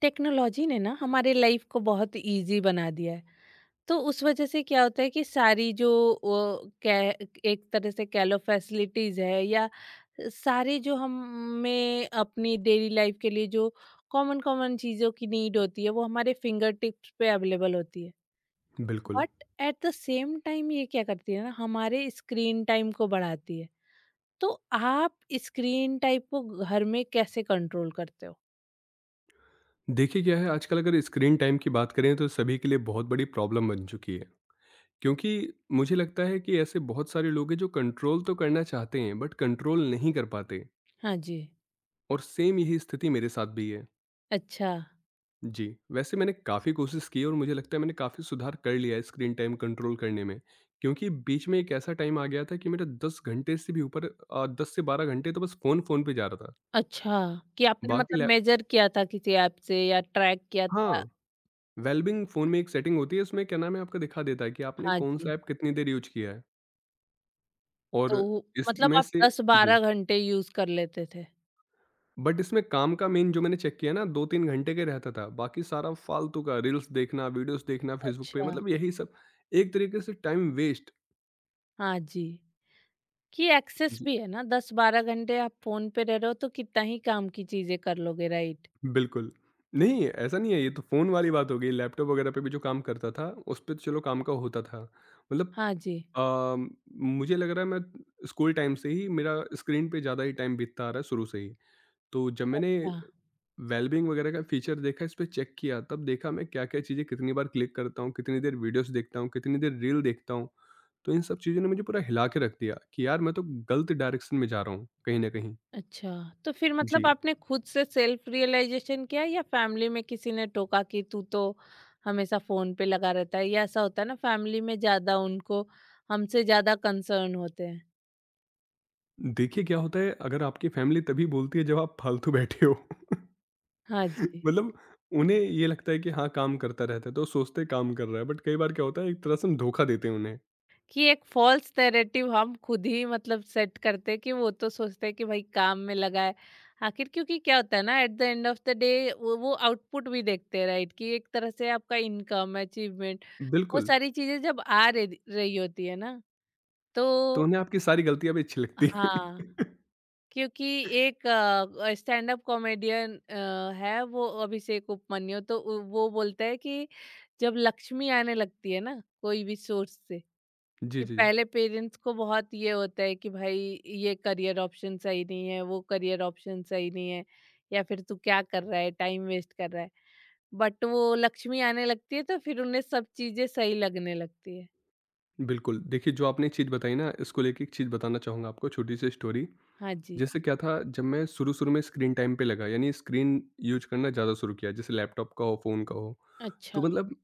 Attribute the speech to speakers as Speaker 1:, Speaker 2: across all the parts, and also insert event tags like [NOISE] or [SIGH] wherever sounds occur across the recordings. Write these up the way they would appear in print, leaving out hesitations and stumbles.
Speaker 1: Technology ने ना हमारे लाइफ को बहुत इजी बना दिया है। तो उस वजह से क्या होता है कि सारी जो वो कह एक तरह से कह लो फैसिलिटीज है, या सारी जो हमें अपनी डेली लाइफ के लिए जो कॉमन कॉमन चीज़ों की नीड होती है वो हमारे फिंगर टिप्स पे अवेलेबल होती है।
Speaker 2: बिल्कुल।
Speaker 1: But at the same time ये क्या करती है ना, हमारे स्क्रीन टाइम को बढ़ाती है। तो आप स्क्रीन टाइम को घर में कैसे कंट्रोल करते हो?
Speaker 2: देखिए क्या है आजकल अगर स्क्रीन टाइम की बात करें तो सभी के लिए बहुत बड़ी प्रॉब्लम बन चुकी है। क्योंकि मुझे लगता है कि ऐसे बहुत सारे लोग हैं जो कंट्रोल तो करना चाहते हैं बट कंट्रोल नहीं कर पाते
Speaker 1: हाँ जी।
Speaker 2: और सेम यही स्थिति मेरे साथ भी है।
Speaker 1: अच्छा।
Speaker 2: जी, वैसे मैंने काफ़ी कोशिश की और मुझे लगता है मैंने काफ़ी सुधार कर लिया है स्क्रीन टाइम कंट्रोल करने में। क्योंकि बीच में एक ऐसा टाइम आ गया था कि मेरा 10 घंटे से भी ऊपर 10 से 12 घंटे तो बस फ़ोन पे जा रहा था।
Speaker 1: अच्छा, कि आपने
Speaker 2: बाकी
Speaker 1: मतलब
Speaker 2: लैप
Speaker 1: मेज़र किया था किसी ऐप से या ट्रैक किया था?
Speaker 2: हाँ। वेलबींग फ़ोन में एक सेटिंग होती है, इसमें क्या नाम है आपका दिखा देता है कि आपने
Speaker 1: हाँ जी,
Speaker 2: कौन-सा ऐप कितनी देर यूज़ किया है और
Speaker 1: मतलब
Speaker 2: इसमें
Speaker 1: आप
Speaker 2: से जी,
Speaker 1: 10-12 घंटे यूज़ कर लेते थे?
Speaker 2: बट इसमें काम का मेन जो मैंने चेक किया ना 2-3 घंटे का ही रहता था, बाकी सारा फ़ालतू का रील्स देखना, वीडियोज़ देखना फेसबुक पे
Speaker 1: अच्छा।
Speaker 2: मतलब यही सब एक तरीके से टाइम वेस्ट।
Speaker 1: हाँ जी, कि एक्सेस
Speaker 2: जी,
Speaker 1: भी है ना, 10-12 घंटे आप फ़ोन पे रह रहे हो तो कितना ही काम की चीज़ें कर लोगे, राइट?
Speaker 2: बिल्कुल। नहीं, ऐसा नहीं है, ये तो फ़ोन वाली बात हो गई, लैपटॉप वगैरह पे भी जो काम करता था, उस पे तो चलो काम का होता था। मतलब
Speaker 1: हाँ जी।
Speaker 2: अ, मुझे लग रहा है मैं स्कूल टाइम से ही मेरा स्क्रीन पे ज़्यादा ही टाइम बीतता आ रहा है शुरू से ही। तो जब मैंने
Speaker 1: अच्छा।
Speaker 2: वेलबींग वगैरह का फीचर देखा, इस पे चेक किया, तब देखा मैं क्या-क्या चीज़ें कितनी बार क्लिक करता हूँ, कितनी देर वीडियोज़ देखता हूँ, कितनी देर रील देखता हूँ। तो इन सब चीज़ों ने मुझे पूरा हिला के रख दिया कि यार मैं तो गलत डायरेक्शन में जा रहा हूँ कहीं न कहीं।
Speaker 1: अच्छा, तो फिर मतलब
Speaker 2: जी।
Speaker 1: आपने खुद से सेल्फ रियलाइज़ेशन किया या फैमिली में किसी ने टोका कि तू तो हमेशा फ़ोन पे लगा रहता है? या ऐसा होता है ना, फैमिली में ज़्यादा उनको हमसे ज़्यादा कंसर्न होते हैं।
Speaker 2: देखिए क्या होता है, अगर आपकी फैमिली तभी बोलती है जब आप फालतू बैठे हो। [LAUGHS]
Speaker 1: हाँ जी,
Speaker 2: मतलब उन्हें ये लगता है कि हाँ, काम करता रहता है, तो सोचते हैं काम कर रहा है, बट कई बार क्या होता है एक तरह से हम धोखा देते हैं उन्हें।
Speaker 1: कि एक फ़ॉल्स नैरेटिव हम खुद ही मतलब सेट करते हैं कि वो तो सोचते हैं कि भाई काम में लगा है। आखिर क्योंकि क्या होता है ना, at the end of the day वो आउटपुट भी देखते हैं, राइट? कि एक तरह से आपका इनकम, अचीवमेंट, वो
Speaker 2: बिल्कुल,
Speaker 1: सारी चीज़ें जब आ रही रही होती है ना,
Speaker 2: तो
Speaker 1: तो
Speaker 2: उन्हें आपकी सारी गलतियाँ भी अच्छी लगती हैं।
Speaker 1: हाँ, क्योंकि एक स्टैंड अप कॉमेडियन है वो, अभिषेक उपमन्यु, तो वो बोलता है कि जब लक्ष्मी आने लगती है ना, कोई भी सोर्स से,
Speaker 2: [LAUGHS] जी,
Speaker 1: कि
Speaker 2: जी।
Speaker 1: पहले पेरेंट्स को बहुत ये होता है कि भाई ये करियर ऑप्शन सही नहीं है, वो करियर ऑप्शन सही नहीं है, या फिर तू क्या कर रहा है, टाइम वेस्ट कर रहा है। बट वो लक्ष्मी आने लगती है तो फिर उन्हें सब चीजें सही लगने लगती है।
Speaker 2: बिल्कुल, देखिए जो आपने चीज़ बताई ना इसको लेके एक चीज़ बताना चाहूँगा आपको छोटी सी स्टोरी।
Speaker 1: हाँ जी।
Speaker 2: जैसे क्या था जब मैं शुरू-शुरू में स्क्रीन टाइम पे लगा यानी स्क्रीन यूज़ करना ज़्यादा शुरू किया जैसे लैपटॉप का हो, फ़ोन का हो।
Speaker 1: अच्छा।
Speaker 2: तो मतलब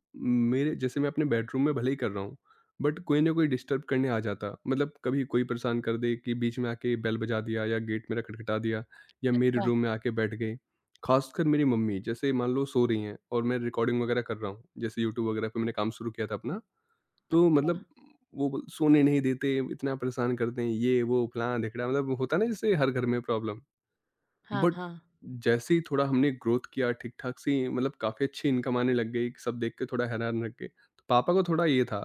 Speaker 2: मेरे जैसे मैं अपने बेडरूम में भले ही कर रहा हूँ, बट कोई ना कोई डिस्टर्ब करने आ जाता। मतलब कभी कोई परेशान कर दे कि बीच में आके बेल बजा दिया या गेट मेरा खटखटा दिया या मेरे
Speaker 1: अच्छा।
Speaker 2: रूम में आके बैठ गए। ख़ासकर मेरी मम्मी जैसे मान लो सो रही हैं और मैं रिकॉर्डिंग वगैरह कर रहा हूँ, जैसे यूट्यूब वगैरह पे मैंने काम शुरू किया था अपना। तो मतलब वो ब सोने नहीं देते, इतना परेशान करते हैं, ये, वो, फलाना-ढिकड़ा मतलब होता है ना जैसे हर घर में प्रॉब्लम।
Speaker 1: हाँ,
Speaker 2: बट
Speaker 1: हाँ।
Speaker 2: जैसे ही थोड़ा हमने ग्रोथ किया, ठीक-ठाक सी मतलब काफ़ी अच्छी इनकम आने लग गई, सब देख के थोड़ा हैरान रह गए। तो पापा को थोड़ा ये था,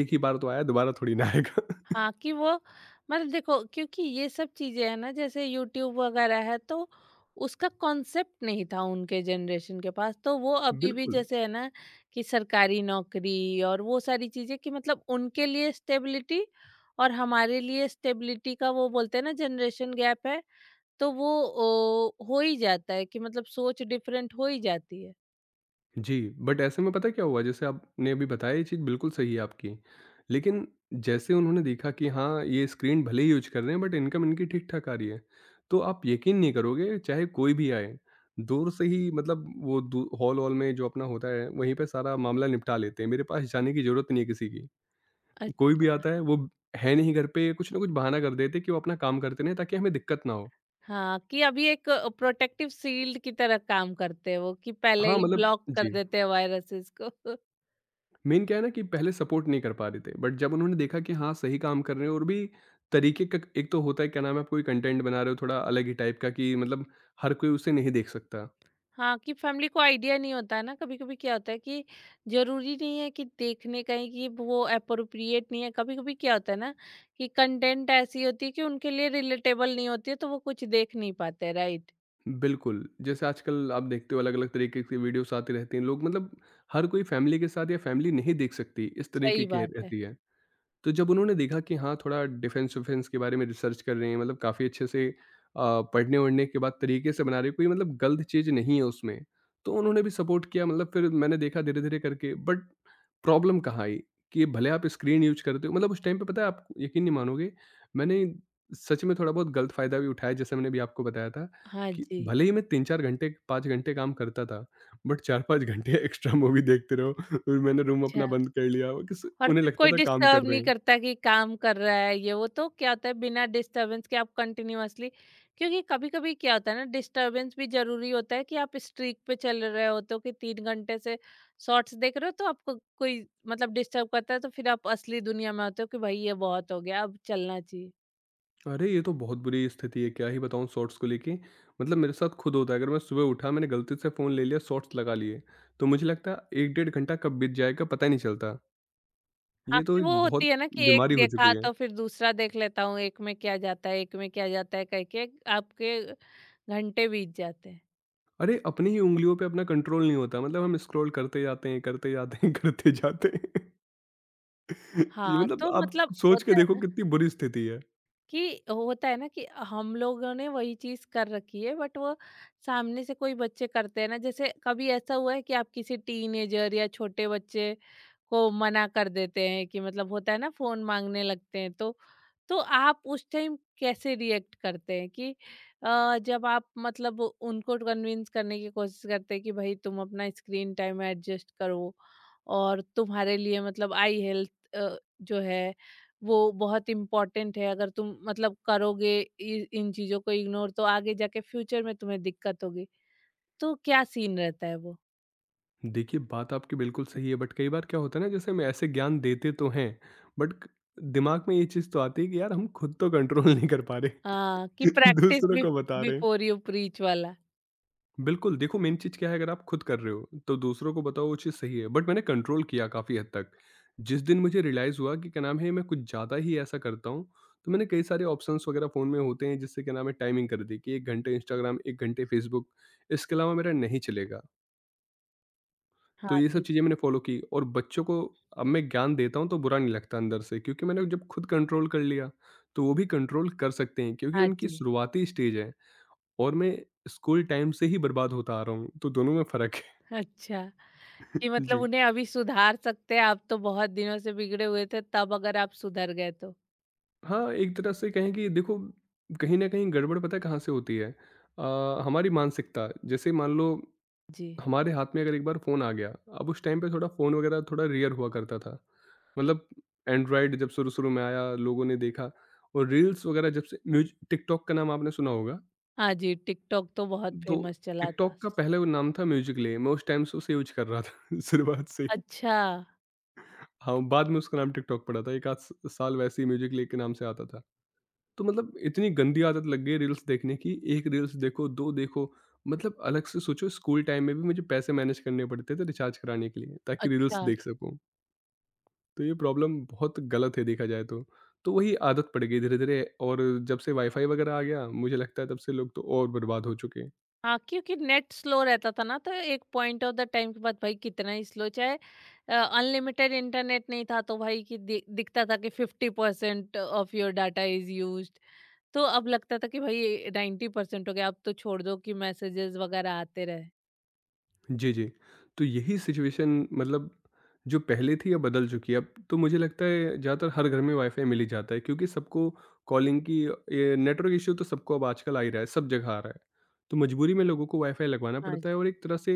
Speaker 2: एक ही बार तो आया, दोबारा थोड़ी ना आएगा। [LAUGHS]
Speaker 1: हाँ, कि वो मतलब देखो, क्योंकि ये सब चीजें है ना, जैसे यूट्यूब वगैरह है तो उसका कॉन्सेप्ट नहीं था उनके जनरेशन के पास, तो वो अभी भी
Speaker 2: बिल्कुल।
Speaker 1: जैसे है ना कि सरकारी नौकरी और वो सारी चीजें, कि मतलब उनके लिए स्टेबिलिटी और हमारे लिए स्टेबिलिटी का, वो बोलते हैं ना जनरेशन गैप है। तो वो हो ही जाता है कि मतलब सोच डिफरेंट हो ही जाती है।
Speaker 2: जी, बट ऐसे में पता है क्या हुआ? जैसे आपने अभी बताया ये चीज़ बिल्कुल सही है आपकी। लेकिन जैसे उन्होंने देखा कि हाँ, ये स्क्रीन भले ही यूज़ कर रहे हैं बट इनकम इनकी ठीक-ठाक आ रही है। तो आप यकीन नहीं करोगे चाहे कोई भी आए, दूर से ही मतलब वो दू हॉल-वॉल में जो अपना होता है वहीं पे सारा मामला निपटा लेते हैं। मेरे पास जाने की ज़रूरत नहीं है किसी की। कोई भी आता है वो है नहीं घर पे कुछ न कुछ बहाना कर देते हैं कि वो अपना काम करते रहें ताकि हमें दिक्कत ना हो।
Speaker 1: हाँ, कि अभी एक प्रोटेक्टिव शील्ड की तरह काम करते हैं वो, कि पहले
Speaker 2: हाँ,
Speaker 1: ही
Speaker 2: मतलब
Speaker 1: ब्लॉक कर
Speaker 2: जी।
Speaker 1: देते हैं वायरसेस को। [LAUGHS]
Speaker 2: मेन क्या है ना कि पहले सपोर्ट नहीं कर पा रहे थे बट जब उन्होंने देखा कि हाँ सही काम कर रहे हैं और भी तरीके का एक तो होता है क्या नाम है आप कोई कंटेंट बना रहे हो थोड़ा अलग ही टाइप का कि मतलब हर कोई उसे नहीं देख सकता
Speaker 1: हाँ, कि फैमिली को आइडिया नहीं होता है ना, कभी-कभी क्या होता है कि ज़रूरी नहीं है कि देखने का ही, कि वो एप्रोप्रिएट नहीं है। कभी-कभी क्या होता है ना कि कंटेंट ऐसी होती है कि उनके लिए रिलेटेबल नहीं होती है, तो वो कुछ देख नहीं पाते, राइट?
Speaker 2: बिल्कुल जैसे आजकल आप देखते हो अलग अलग तरीके की वीडियोस आती रहती हैं लोग मतलब हर कोई फैमिली के साथ या फैमिली नहीं देख सकती इस तरीके
Speaker 1: सही
Speaker 2: की
Speaker 1: बात है।
Speaker 2: रहती है तो जब उन्होंने देखा कि हाँ, थोड़ा डिफेंस विफेंस के बारे में रिसर्च कर रहे हैं मतलब काफ़ी अच्छे से पढ़ने-वढ़ने के बाद तरीके से बना रहे हैं, कोई मतलब गलत चीज़ नहीं है उसमें, तो उन्होंने भी सपोर्ट किया मतलब फिर मैंने देखा धीरे-धीरे करके बट प्रॉब्लम कहाँ आई कि भले आप स्क्रीन यूज़ करते हो मतलब उस टाइम पे पता है आप यकीन नहीं मानोगे, मैंने सच में थोड़ा बहुत गलत फ़ायदा भी उठाया जैसे मैंने अभी आपको बताया था
Speaker 1: हाँ
Speaker 2: कि
Speaker 1: जी।
Speaker 2: भले ही मैं 3-4 घंटे, 5 घंटे काम करता था, बट 4-5 घंटे [LAUGHS] एक्स्ट्रा मूवी देखते रहो फिर मैंने रूम
Speaker 1: अच्छा।
Speaker 2: अपना बंद कर लिया किस
Speaker 1: और
Speaker 2: उन्हें
Speaker 1: फिर
Speaker 2: लगता
Speaker 1: कोई
Speaker 2: था काम कर
Speaker 1: डिस्टर्ब
Speaker 2: रहे
Speaker 1: नहीं
Speaker 2: हैं।
Speaker 1: करता कि काम कर रहा है, ये वो। तो क्या होता है, बिना डिस्टरबेंस के आप कंटिन्यूअसली, क्योंकि कभी कभी क्या होता है ना, डिस्टरबेंस भी जरूरी होता है कि आप स्ट्रीक पे चल रहे होते हो, तो कि 3 घंटे से शॉर्ट्स देख रहे हो, तो आपको कोई मतलब डिस्टर्ब करता है तो फिर आप असली दुनिया में होते हो कि भाई ये बहुत हो गया, अब चलना चाहिए।
Speaker 2: अरे! ये तो बहुत बुरी स्थिति है, क्या ही बताऊँ शॉर्ट्स को लेके। मतलब मेरे साथ खुद होता है, अगर मैं सुबह उठा, मैंने गलती से फ़ोन ले लिया, शॉर्ट्स लगा लिए, तो मुझे लगता है 1 डेढ़ घंटा कब बीत जाएगा पता ही नहीं चलता। ये तो
Speaker 1: आपकी वो
Speaker 2: एक बहुत
Speaker 1: होती है ना, कि एक
Speaker 2: बीमारी हो
Speaker 1: देखा
Speaker 2: चुकी है।
Speaker 1: तो फिर दूसरा देख लेता हूँ, एक में क्या जाता है, एक में क्या जाता है कह के आपके घंटे बीत जाते हैं।
Speaker 2: अरे! अपनी ही उँगलियों पे अपना कंट्रोल नहीं होता, मतलब हम स्क्रॉल करते जाते हैं, [LAUGHS] करते जाते हैं।
Speaker 1: हाँ।
Speaker 2: ये मतलब
Speaker 1: तो
Speaker 2: आप
Speaker 1: मतलब
Speaker 2: सोच के
Speaker 1: होता है
Speaker 2: देखो
Speaker 1: ना
Speaker 2: कितनी बुरी स्थिति है।
Speaker 1: कि हम लोगों ने वही चीज कर रखी है, बट वो सामने से कोई बच्चे करते हैं ना, जैसे कभी ऐसा हुआ है कि आप किसी टीनेजर या छोटे बच्चे को मना कर देते हैं कि मतलब होता है ना, फोन मांगने लगते हैं, तो आप उस टाइम कैसे रिएक्ट करते हैं, कि जब आप मतलब उनको कन्विंस करने की कोशिश करते हैं कि भाई तुम अपना स्क्रीन टाइम एडजस्ट करो और तुम्हारे लिए मतलब आई हेल्थ जो है वो बहुत इम्पोर्टेंट है, अगर तुम मतलब करोगे इन चीज़ों को इग्नोर, तो आगे जाके फ्यूचर में तुम्हें दिक्कत होगी। तो क्या सीन रहता है वो?
Speaker 2: देखिए, बात आपकी बिल्कुल सही है, बट कई बार क्या होता है ना, जैसे हम ऐसे ज्ञान देते तो हैं, बट क दिमाग में ये चीज़ तो आती है कि यार हम खुद तो कंट्रोल नहीं कर पा रहे,
Speaker 1: हाँ, कि
Speaker 2: [LAUGHS]
Speaker 1: प्रैक्टिस
Speaker 2: दूसरों
Speaker 1: बिफ
Speaker 2: को बता रहे हैं।
Speaker 1: बिफोर यू प्रीच वाला?
Speaker 2: बिल्कुल, देखो मेन चीज़ क्या है अगर आप खुद कर रहे हो, तो दूसरों को बताओ वो चीज़ सही है, बट मैंने कंट्रोल किया काफ़ी हद तक। जिस दिन मुझे रियलाइज़ हुआ कि क्या नाम है, मैं कुछ ज़्यादा ही ऐसा करता हूँ, तो मैंने कई सारे ऑप्शंस वगैरह फ़ोन में होते हैं जिससे क्या नाम है, टाइमिंग कर दी कि 1 घंटे इंस्टाग्राम, 1 घंटे फेसबुक, इसके अलावा मेरा नहीं चलेगा। तो
Speaker 1: हाँ
Speaker 2: ये सब
Speaker 1: जी,
Speaker 2: चीज़ें मैंने फ़ॉलो की और बच्चों को अब मैं ज्ञान देता हूँ तो बुरा नहीं लगता अंदर से क्योंकि मैंने जब खुद कंट्रोल कर लिया तो वो भी कंट्रोल कर सकते हैं क्योंकि
Speaker 1: हाँ
Speaker 2: उनकी
Speaker 1: जी।
Speaker 2: शुरुआती स्टेज है और मैं स्कूल टाइम से ही बर्बाद होता आ रहा हूँ तो दोनों में फ़र्क है
Speaker 1: अच्छा, कि
Speaker 2: [LAUGHS]
Speaker 1: मतलब
Speaker 2: जी
Speaker 1: उन्हें अभी सुधार सकते हैं, आप तो बहुत दिनों से बिगड़े हुए थे, तब अगर आप सुधर गए तो।
Speaker 2: हाँ एक तरह से कहें कि देखो कहीं ना कहीं गड़बड़ पता है कहाँ से होती है हमारी मानसिकता जैसे मान लो
Speaker 1: जी।
Speaker 2: हमारे हाथ में अगर एक बार फ़ोन आ गया, अब उस टाइम पे थोड़ा फ़ोन वगैरह थोड़ा रेयर हुआ करता था। मतलब एंड्रॉयड जब शुरू-शुरू में आया, लोगों ने देखा और रील्स वगैरह जब से म्यूज टिकटॉक का नाम आपने सुना होगा,
Speaker 1: हाँ जी, टिकटॉक तो बहुत
Speaker 2: तो
Speaker 1: फेमस चला था।
Speaker 2: टिकटॉक का पहले वो नाम था म्यूजिकली, मैं उस टाइम से उसे यूज़ कर रहा था [LAUGHS] शुरुआत से ही।
Speaker 1: अच्छा।
Speaker 2: हाँ, बाद में उसका नाम टिकटॉक पड़ा था, 1 आध स साल वैसे ही म्यूजिकली के नाम से आता था। तो मतलब इतनी गंदी आदत लग गई है रील्स देखने की, 1 रील्स देखो, 2 देखो, मतलब अलग से सोचो स्कूल टाइम में भी मुझे पैसे मैनेज करने पड़ते थे रिचार्ज कराने के लिए ताकि रील्स
Speaker 1: अच्छा।
Speaker 2: देख सकूँ। तो ये प्रॉब्लम बहुत गलत है देखा जाए तो। तो वही आदत पड़ गई धीरे-धीरे और जब से वाईफ़ाई वगैरह आ गया, मुझे लगता है तब से लोग तो और बर्बाद हो चुके हैं।
Speaker 1: हाँ, क्योंकि नेट स्लो रहता था ना, तो एक पॉइंट ऑफ द टाइम के बाद, भाई कितना ही स्लो चाहे, अनलिमिटेड इंटरनेट नहीं था, तो भाई कि दिखता था कि 50% off your data is used. तो अब लगता था कि भाई 90% हो गया, अब तो छोड़ दो कि मैसेजेस वगैरह आते रहे।
Speaker 2: जी, जी। तो यही सिचुएशन मतलब जो पहले थी अब बदल चुकी है। अब तो मुझे लगता है ज़्यादातर हर घर में वाईफ़ाई मिल ही जाता है क्योंकि सबको कॉलिंग की ये नेटवर्क इश्यू तो सबको अब आजकल आ ही रहा है, सब जगह आ रहा है। तो मजबूरी में लोगों को वाईफ़ाई लगवाना
Speaker 1: हाँ।
Speaker 2: पड़ता है और एक तरह से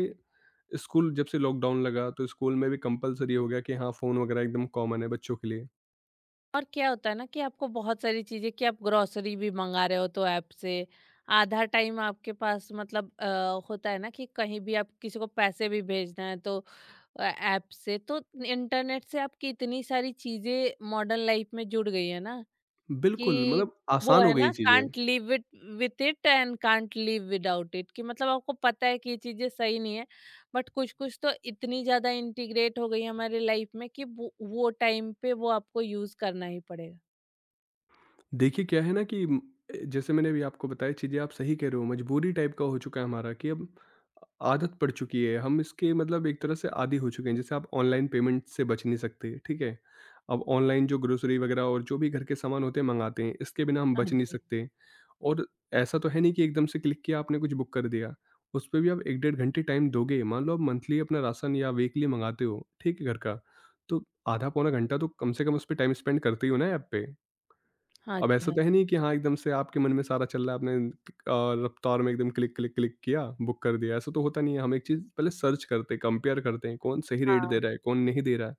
Speaker 2: स्कूल जब से लॉकडाउन लगा तो स्कूल में भी कंपल्सरी हो गया कि हाँ, फ़ोन वगैरह एकदम कॉमन है बच्चों के लिए।
Speaker 1: और क्या होता है ना, कि आपको बहुत सारी चीज़ें कि आप ग्रोसरी भी मंगा रहे हो तो ऐप से, आधा टाइम आपके पास मतलब होता है ना कि कहीं भी आप किसी को पैसे भी भेजना है तो ऐप से, तो इंटरनेट से आपकी इतनी सारी चीज़ें मॉडर्न लाइफ में जुड़ गई है ना,
Speaker 2: बिल्कुल,
Speaker 1: कि
Speaker 2: मतलब
Speaker 1: वो
Speaker 2: आसान हो
Speaker 1: है ना,
Speaker 2: गई चीज़ें।
Speaker 1: Can't live it with it and can't live without it, कि मतलब आपको पता है कि ये चीजें सही नहीं है, बट कुछ कुछ तो इतनी ज्यादा इंटीग्रेट हो गई है हमारे लाइफ में कि वो टाइम पे वो आपको यूज करना ही पड़ेगा।
Speaker 2: देखिए, क्या है ना कि जैसे मैंने अभी आपको बताया चीज़ें आप सही कह रहे हो, मजबूरी टाइप का हो चुका है हमारा कि अब आदत पड़ चुकी है, हम इसके मतलब एक तरह से आदी हो चुके हैं। जैसे आप ऑनलाइन पेमेंट से बच नहीं सकते, ठीक है? अब ऑनलाइन जो ग्रोसरी वगैरह और जो भी घर के सामान होते हैं मँगाते हैं, इसके बिना हम
Speaker 1: हाँ
Speaker 2: बच नहीं
Speaker 1: जी।
Speaker 2: सकते। और ऐसा तो है नहीं कि एकदम से क्लिक किया, आपने कुछ बुक कर दिया। उस पे भी आप 1 डेढ़ घंटे टाइम दोगे, मान लो आप मंथली अपना राशन या वीकली मँगाते हो, ठीक है, घर का, तो आधा पौना घंटा तो कम से कम उस पे टाइम स्पेंड करते ही हो ना ऐप पे।
Speaker 1: हाँ
Speaker 2: अब
Speaker 1: जी।
Speaker 2: ऐसा
Speaker 1: हाँ
Speaker 2: तो है नहीं कि हाँ, एकदम से आपके मन में सारा चल रहा है, आपने रफ्तार में एकदम क्लिक, क्लिक, क्लिक किया, बुक कर दिया, ऐसा तो होता नहीं है। हम एक चीज़ पहले सर्च करते हैं, कंपेयर करते हैं, कौन सही रेट
Speaker 1: हाँ।
Speaker 2: दे रहा है, कौन नहीं दे रहा है।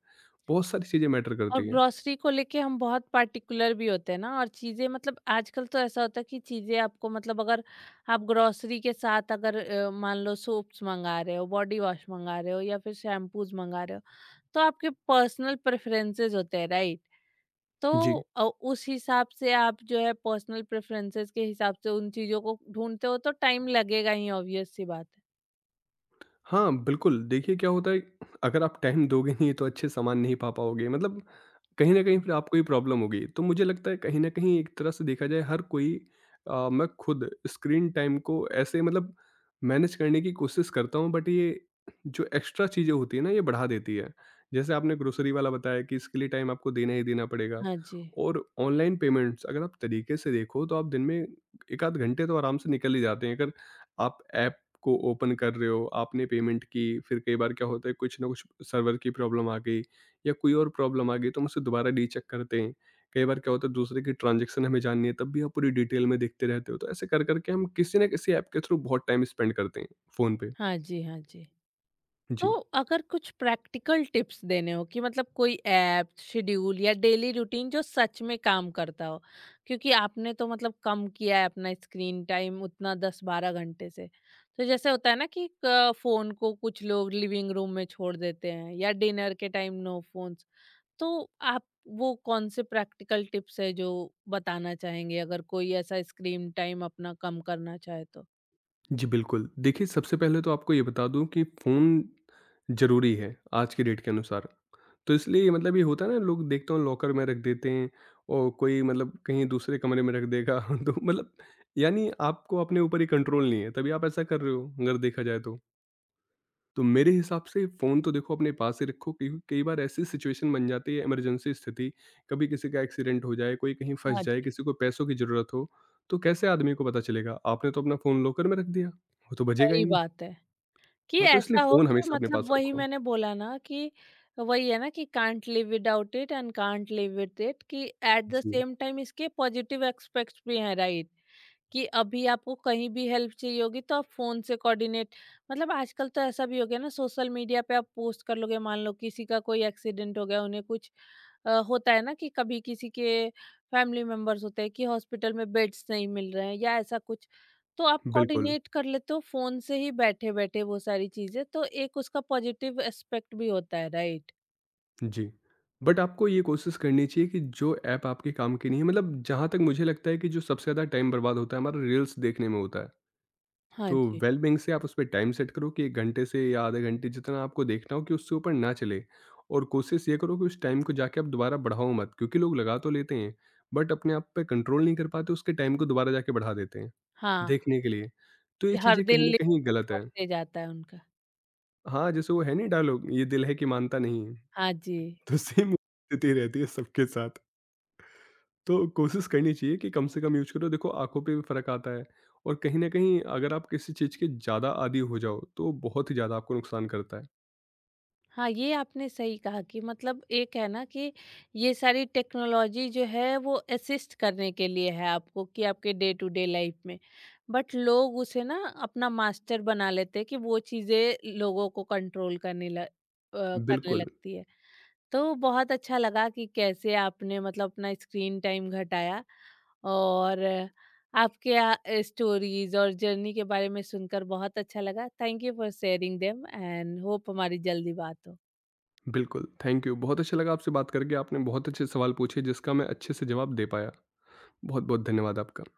Speaker 2: बहुत सारी चीज़ें मैटर
Speaker 1: और
Speaker 2: करती हैं।
Speaker 1: ग्रोसरी को लेके हम बहुत पार्टिकुलर भी होते हैं ना, और चीजें मतलब आजकल तो ऐसा होता है कि चीजें आपको मतलब अगर आप ग्रोसरी के साथ, अगर मान लो सोप्स मंगा रहे हो, बॉडी वॉश मंगा रहे हो, या फिर शैम्पूज मंगा रहे हो, तो आपके पर्सनल प्रेफरेंसेस होते हैं, राइट? तो
Speaker 2: जी।
Speaker 1: उस हिसाब से आप जो है पर्सनल प्रेफरेंसेस के हिसाब से उन चीज़ों को ढूंढते हो, तो टाइम लगेगा ही, ऑब्वियस सी बात है।
Speaker 2: हाँ, बिल्कुल। देखिए क्या होता है अगर आप टाइम दोगे नहीं तो अच्छे सामान नहीं पा पाओगे मतलब कहीं न कहीं
Speaker 1: जी।
Speaker 2: फिर आपको ही प्रॉब्लम होगी। तो मुझे लगता है कहीं न कहीं एक तरह से देखा जाए हर कोई मैं खुद स्क्रीन टाइम को ऐसे मतलब मैनेज करने की कोशिश करता हूँ बट ये जो एक्स्ट्रा चीज़ें होती हैं ना ये बढ़ा देती है। जैसे आपने ग्रोसरी वाला बताया कि इसके लिए टाइम आपको देना ही देना पड़ेगा
Speaker 1: हाँ जी।
Speaker 2: और ऑनलाइन पेमेंट्स अगर आप तरीके से देखो तो आप दिन में 1 आध घंटे तो आराम से निकल ही जाते हैं। अगर आप ऐप को ओपन कर रहे हो, आपने पेमेंट की, फिर कई बार क्या होता है कुछ ना कुछ सर्वर की प्रॉब्लम आ गई या कोई और प्रॉब्लम आ गई तो हम उसे दोबारा रीचेक करते हैं। कई बार क्या होता है दूसरे की ट्रांज़ैक्शन हमें जाननी है तब भी आप पूरी डिटेल में देखते रहते हो। तो ऐसे कर-कर के हम किसी न किसी ऐप के थ्रू बहुत टाइम स्पेंड करते हैं फ़ोन पे।
Speaker 1: हाँ जी, हाँ जी। तो
Speaker 2: जी।
Speaker 1: अगर कुछ प्रैक्टिकल टिप्स देने हो कि मतलब कोई ऐप शेड्यूल या डेली रूटीन जो सच में काम करता हो, क्योंकि आपने तो मतलब कम किया है अपना स्क्रीन टाइम उतना 10-12 घंटे से, तो जैसे होता है ना कि फोन को कुछ लोग लिविंग रूम में छोड़ देते हैं, या डिनर के टाइम नो फोन्स, तो आप वो कौन से प्रैक्टिकल टिप्स है जो बताना चाहेंगे अगर कोई ऐसा स्क्रीन टाइम अपना कम करना चाहे तो?
Speaker 2: जी, बिल्कुल। देखिए, सबसे पहले तो आपको ये बता दूँ कि फ़ोन ज़रूरी है, आज की डेट के अनुसार। तो इसलिए मतलब ये होता है ना लोग देखता हूँ लॉकर में रख देते हैं और कोई मतलब कहीं दूसरे कमरे में रख देगा [LAUGHS] तो मतलब यानी आपको अपने ऊपर ही कंट्रोल नहीं है, तभी आप ऐसा कर रहे हो, अगर देखा जाए तो। तो मेरे हिसाब से फ़ोन तो देखो अपने पास ही रखो क्योंकि कई बार ऐसी सिचुएशन बन जाती है इमरजेंसी स्थिति, कभी किसी का एक्सीडेंट हो जाए, कोई कहीं
Speaker 1: हाँ
Speaker 2: फँस जाए,
Speaker 1: जी।
Speaker 2: किसी को पैसों की ज़रूरत हो, तो कैसे आदमी को पता चलेगा? आपने तो अपना फ़ोन लॉकर में रख दिया, वो तो बजेगा ही
Speaker 1: सही
Speaker 2: नहीं।
Speaker 1: बात है, कि
Speaker 2: हाँ, तो इसलिए
Speaker 1: ऐसा हो
Speaker 2: फ़ोन
Speaker 1: कि
Speaker 2: हमेशा अपने पास
Speaker 1: मतलब वही
Speaker 2: रखो।
Speaker 1: मैंने बोला ना कि वही है ना, कि can't live without it and can't live with it, कि एट द
Speaker 2: जी,
Speaker 1: सेम टाइम इसके पॉजिटिव एस्पेक्ट्स भी हैं, राइट? कि अभी आपको कहीं भी हेल्प चाहिए होगी तो आप फोन से कोऑर्डिनेट, मतलब आजकल तो ऐसा भी हो गया ना, सोशल मीडिया पे आप पोस्ट कर लोगे, मान लो किसी का कोई एक्सीडेंट हो गया, उन्हें कुछ होता है ना कि कभी किसी के फैमिली मेंबर्स होते हैं कि हॉस्पिटल में बेड्स नहीं मिल रहे हैं या ऐसा कुछ, तो आप
Speaker 2: बिल्कुल,
Speaker 1: कोऑर्डिनेट कर लेते हो फोन से ही बैठे बैठे, वो सारी चीजें, तो एक उसका पॉजिटिव एस्पेक्ट भी होता है, राइट?
Speaker 2: जी। बट आपको ये कोशिश करनी चाहिए कि जो ऐप आपके काम की नहीं है मतलब जहाँ तक मुझे लगता है कि जो सबसे ज़्यादा टाइम बर्बाद होता है हमारा रील्स देखने में होता है।
Speaker 1: हाँ
Speaker 2: तो
Speaker 1: जी।
Speaker 2: वेल बीइंग से आप उसपे टाइम सेट करो कि 1 घंटे से या आधे घंटे जितना आपको देखना हो कि उससे ऊपर ना चले और कोशिश ये करो कि उस टाइम को जाके आप दोबारा बढ़ाओ मत क्योंकि लोग लगा तो लेते हैं, बट अपने आप पे कंट्रोल नहीं कर पाते उसके टाइम को दोबारा जाके बढ़ा देते हैं,
Speaker 1: हाँ,
Speaker 2: देखने के लिए। तो ये
Speaker 1: कि हर
Speaker 2: चीज़ें
Speaker 1: दिन
Speaker 2: कहीं न कहीं
Speaker 1: लिस्ट
Speaker 2: गलत है।
Speaker 1: बढ़ते जाता है उनका।
Speaker 2: हाँ, जैसे वो है नहीं डायलॉग, ये दिल है कि मानता नहीं है,
Speaker 1: हाँ जी।
Speaker 2: तो सेम स्थिति रहती है सबके साथ। तो कोशिश करनी चाहिए कि कम से कम यूज़ करो, देखो आँखों पे भी फ़र्क आता है और कहीं न कहीं अगर आप किसी चीज़ के ज़्यादा आदी हो जाओ, तो बहुत ही ज़्यादा आपको नुकसान करता है।
Speaker 1: हाँ, ये आपने सही कहा, कि मतलब एक है ना कि ये सारी टेक्नोलॉजी जो है वो असिस्ट करने के लिए है आपको, कि आपके डे टू डे लाइफ में। बट लोग उसे ना अपना मास्टर बना लेते हैं कि वो चीज़ें लोगों को कंट्रोल करने ल अ, करने
Speaker 2: बिल्कुल,
Speaker 1: लगती है। तो बहुत अच्छा लगा कि कैसे आपने मतलब अपना स्क्रीन टाइम घटाया, और आपके स्टोरीज़ और जर्नी के बारे में सुनकर बहुत अच्छा लगा। Thank you for sharing them and hope हमारी जल्दी बात हो।
Speaker 2: बिल्कुल, थैंक यू। बहुत अच्छा लगा आपसे बात करके, आपने बहुत अच्छे सवाल पूछे जिसका मैं अच्छे से जवाब दे पाया। बहुत-बहुत धन्यवाद आपका।